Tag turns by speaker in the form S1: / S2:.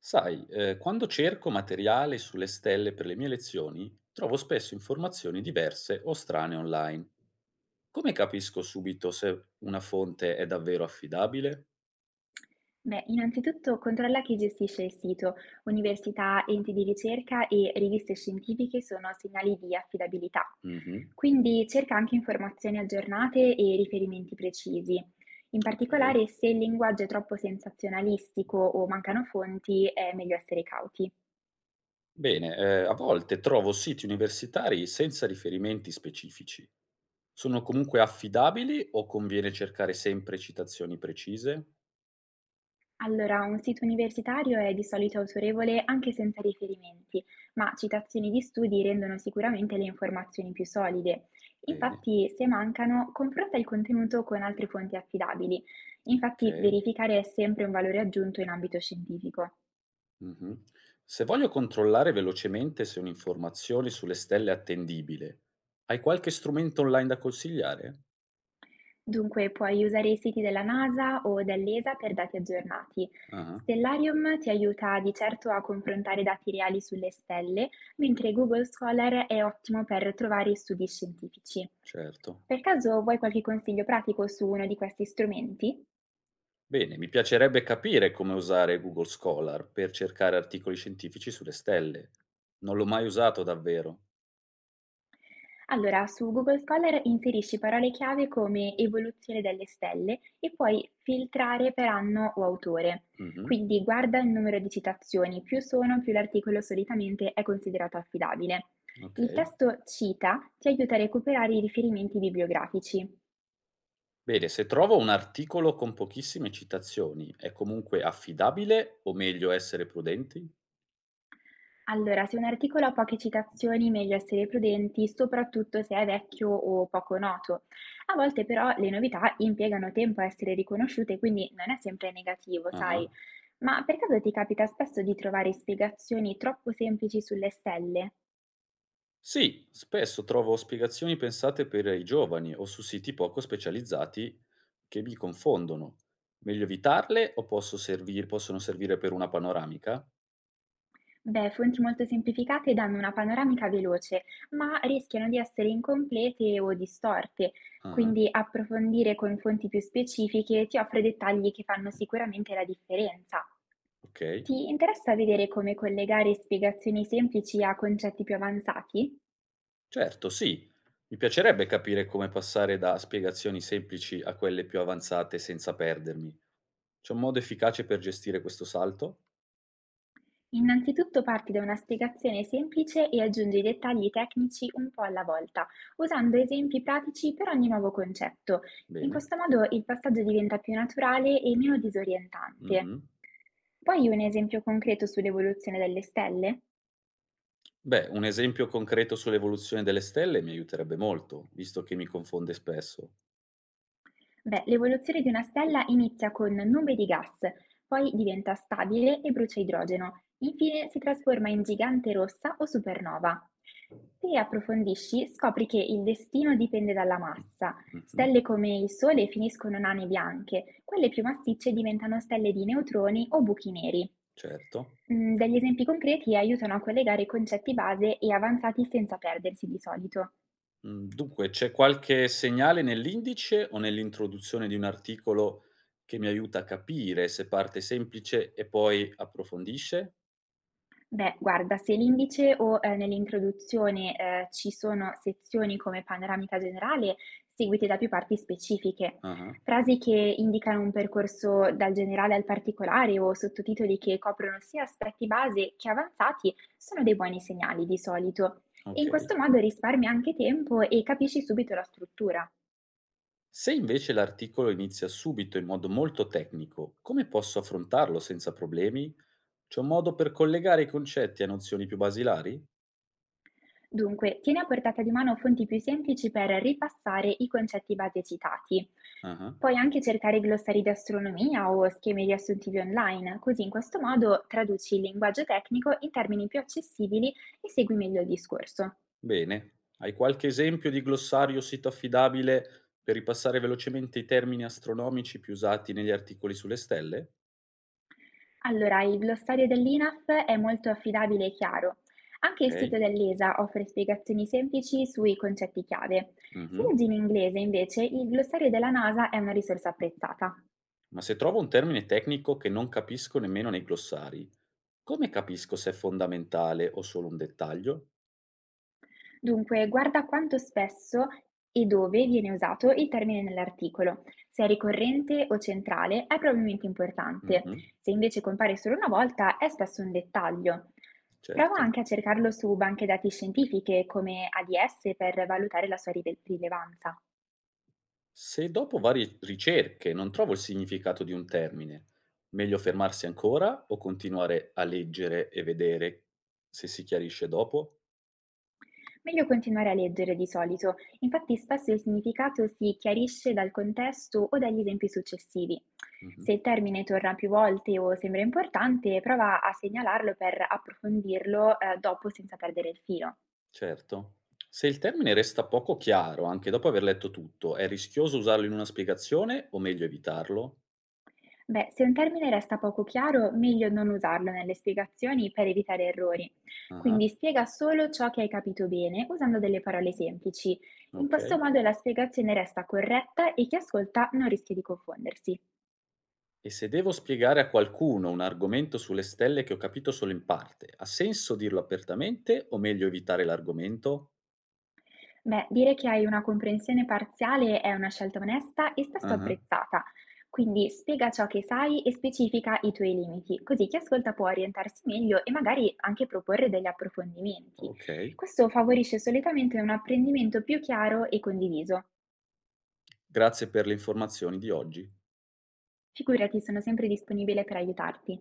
S1: Sai, quando cerco materiale sulle stelle per le mie lezioni, trovo spesso informazioni diverse o strane online. Come capisco subito se una fonte è davvero affidabile?
S2: Beh, innanzitutto controlla chi gestisce il sito. Università, enti di ricerca e riviste scientifiche sono segnali di affidabilità.
S1: Mhm.
S2: Quindi cerca anche informazioni aggiornate e riferimenti precisi. In
S1: Ok.
S2: particolare, se il linguaggio è troppo sensazionalistico o mancano fonti, è meglio essere cauti.
S1: Bene, a volte trovo siti universitari senza riferimenti specifici. Sono comunque affidabili o conviene cercare sempre citazioni precise?
S2: Allora, un sito universitario è di solito autorevole anche senza riferimenti, ma citazioni di studi rendono sicuramente le informazioni più solide.
S1: Bene,
S2: Infatti, se mancano, confronta il contenuto con altre fonti affidabili. Infatti,
S1: ok.
S2: verificare è sempre un valore aggiunto in ambito scientifico.
S1: Mh-mh. Se voglio controllare velocemente se un'informazione sulle stelle è attendibile, hai qualche strumento online da consigliare?
S2: Dunque, puoi usare i siti della NASA o dell'ESA per dati aggiornati.
S1: Ah-ah,
S2: Stellarium ti aiuta di certo a confrontare dati reali sulle stelle, mentre Google Scholar è ottimo per trovare studi scientifici.
S1: certo.
S2: Per caso vuoi qualche consiglio pratico su uno di questi strumenti?
S1: Bene, mi piacerebbe capire come usare Google Scholar per cercare articoli scientifici sulle stelle. Non l'ho mai usato davvero.
S2: Allora, su Google Scholar inserisci parole chiave come evoluzione delle stelle e puoi filtrare per anno o autore.
S1: Mh-mh,
S2: Quindi guarda il numero di citazioni, più sono, più l'articolo solitamente è considerato affidabile.
S1: ok.
S2: Il testo cita ti aiuta a recuperare i riferimenti bibliografici.
S1: Bene, se trovo un articolo con pochissime citazioni, è comunque affidabile o meglio essere prudenti?
S2: Allora, se un articolo ha poche citazioni, meglio essere prudenti, soprattutto se è vecchio o poco noto. A volte però le novità impiegano tempo a essere riconosciute, quindi non è sempre negativo,
S1: Ah-ah.
S2: sai? Ma per caso ti capita spesso di trovare spiegazioni troppo semplici sulle stelle?
S1: Sì, spesso trovo spiegazioni pensate per i giovani o su siti poco specializzati che mi confondono. Meglio evitarle o possono servire per una panoramica?
S2: Beh, fonti molto semplificate danno una panoramica veloce, ma rischiano di essere incomplete o distorte,
S1: Ah,
S2: quindi approfondire con fonti più specifiche ti offre dettagli che fanno sicuramente la differenza.
S1: ok.
S2: Ti interessa vedere come collegare spiegazioni semplici a concetti più avanzati?
S1: Certo, sì. Mi piacerebbe capire come passare da spiegazioni semplici a quelle più avanzate senza perdermi. C'è un modo efficace per gestire questo salto?
S2: Innanzitutto parti da una spiegazione semplice e aggiungi dettagli tecnici un po' alla volta, usando esempi pratici per ogni nuovo concetto. In
S1: Bene.
S2: questo modo il passaggio diventa più naturale e meno disorientante.
S1: Mhm.
S2: Poi un esempio concreto sull'evoluzione delle stelle?
S1: Beh, un esempio concreto sull'evoluzione delle stelle mi aiuterebbe molto, visto che mi confonde spesso.
S2: Beh, l'evoluzione di una stella inizia con nube di gas, poi diventa stabile e brucia idrogeno, infine si trasforma in gigante rossa o supernova. Se approfondisci, scopri che il destino dipende dalla massa.
S1: Mhm.
S2: Stelle come il Sole finiscono nane bianche, quelle più massicce diventano stelle di neutroni o buchi neri.
S1: Certo.
S2: Mm, degli esempi concreti aiutano a collegare concetti base e avanzati senza perdersi di solito.
S1: Mhmm, dunque c'è qualche segnale nell'indice o nell'introduzione di un articolo che mi aiuta a capire se parte semplice e poi approfondisce?
S2: Beh, guarda, se l'indice o nell'introduzione, ci sono sezioni come panoramica generale, seguite da più parti specifiche.
S1: Ah-ah,
S2: Frasi che indicano un percorso dal generale al particolare o sottotitoli che coprono sia aspetti base che avanzati sono dei buoni segnali di solito. E in
S1: okay.
S2: questo modo risparmi anche tempo e capisci subito la struttura.
S1: Se invece l'articolo inizia subito in modo molto tecnico, come posso affrontarlo senza problemi? C'è un modo per collegare i concetti a nozioni più basilari?
S2: Dunque, tieni a portata di mano fonti più semplici per ripassare i concetti base citati.
S1: Ah-ah,
S2: Puoi anche cercare glossari di astronomia o schemi riassuntivi online, così in questo modo traduci il linguaggio tecnico in termini più accessibili e segui meglio il discorso.
S1: bene. Hai qualche esempio di glossario o sito affidabile per ripassare velocemente i termini astronomici più usati negli articoli sulle stelle?
S2: Allora, il glossario dell'INAF è molto affidabile e chiaro. Anche il
S1: Okay,
S2: sito dell'ESA offre spiegazioni semplici sui concetti chiave. Se
S1: mh-mh.
S2: leggi in inglese, invece, il glossario della NASA è una risorsa apprezzata.
S1: Ma se trovo un termine tecnico che non capisco nemmeno nei glossari, come capisco se è fondamentale o solo un dettaglio?
S2: Dunque, guarda quanto spesso e dove viene usato il termine nell'articolo. Se è ricorrente o centrale è probabilmente importante.
S1: Mh-mh,
S2: Se invece compare solo una volta è spesso un dettaglio. Prova
S1: certo.
S2: anche a cercarlo su banche dati scientifiche come ADS per valutare la sua rilevanza.
S1: Se dopo varie ricerche non trovo il significato di un termine, meglio fermarsi ancora o continuare a leggere e vedere se si chiarisce dopo?
S2: Meglio continuare a leggere di solito, infatti spesso il significato si chiarisce dal contesto o dagli esempi successivi.
S1: Mh-mh,
S2: Se il termine torna più volte o sembra importante, prova a segnalarlo per approfondirlo, dopo senza perdere il filo.
S1: certo. Se il termine resta poco chiaro anche dopo aver letto tutto, è rischioso usarlo in una spiegazione o meglio evitarlo?
S2: Beh, se un termine resta poco chiaro, meglio non usarlo nelle spiegazioni per evitare errori.
S1: Ah-ah,
S2: Quindi spiega solo ciò che hai capito bene usando delle parole semplici. In questo
S1: okay.
S2: modo la spiegazione resta corretta e chi ascolta non rischia di confondersi.
S1: E se devo spiegare a qualcuno un argomento sulle stelle che ho capito solo in parte, ha senso dirlo apertamente o meglio evitare l'argomento?
S2: Beh, dire che hai una comprensione parziale è una scelta onesta e spesso
S1: Ah-ah,
S2: apprezzata. Quindi spiega ciò che sai e specifica i tuoi limiti, così chi ascolta può orientarsi meglio e magari anche proporre degli approfondimenti.
S1: ok.
S2: Questo favorisce solitamente un apprendimento più chiaro e condiviso.
S1: Grazie per le informazioni di oggi.
S2: Figurati, sono sempre disponibile per aiutarti.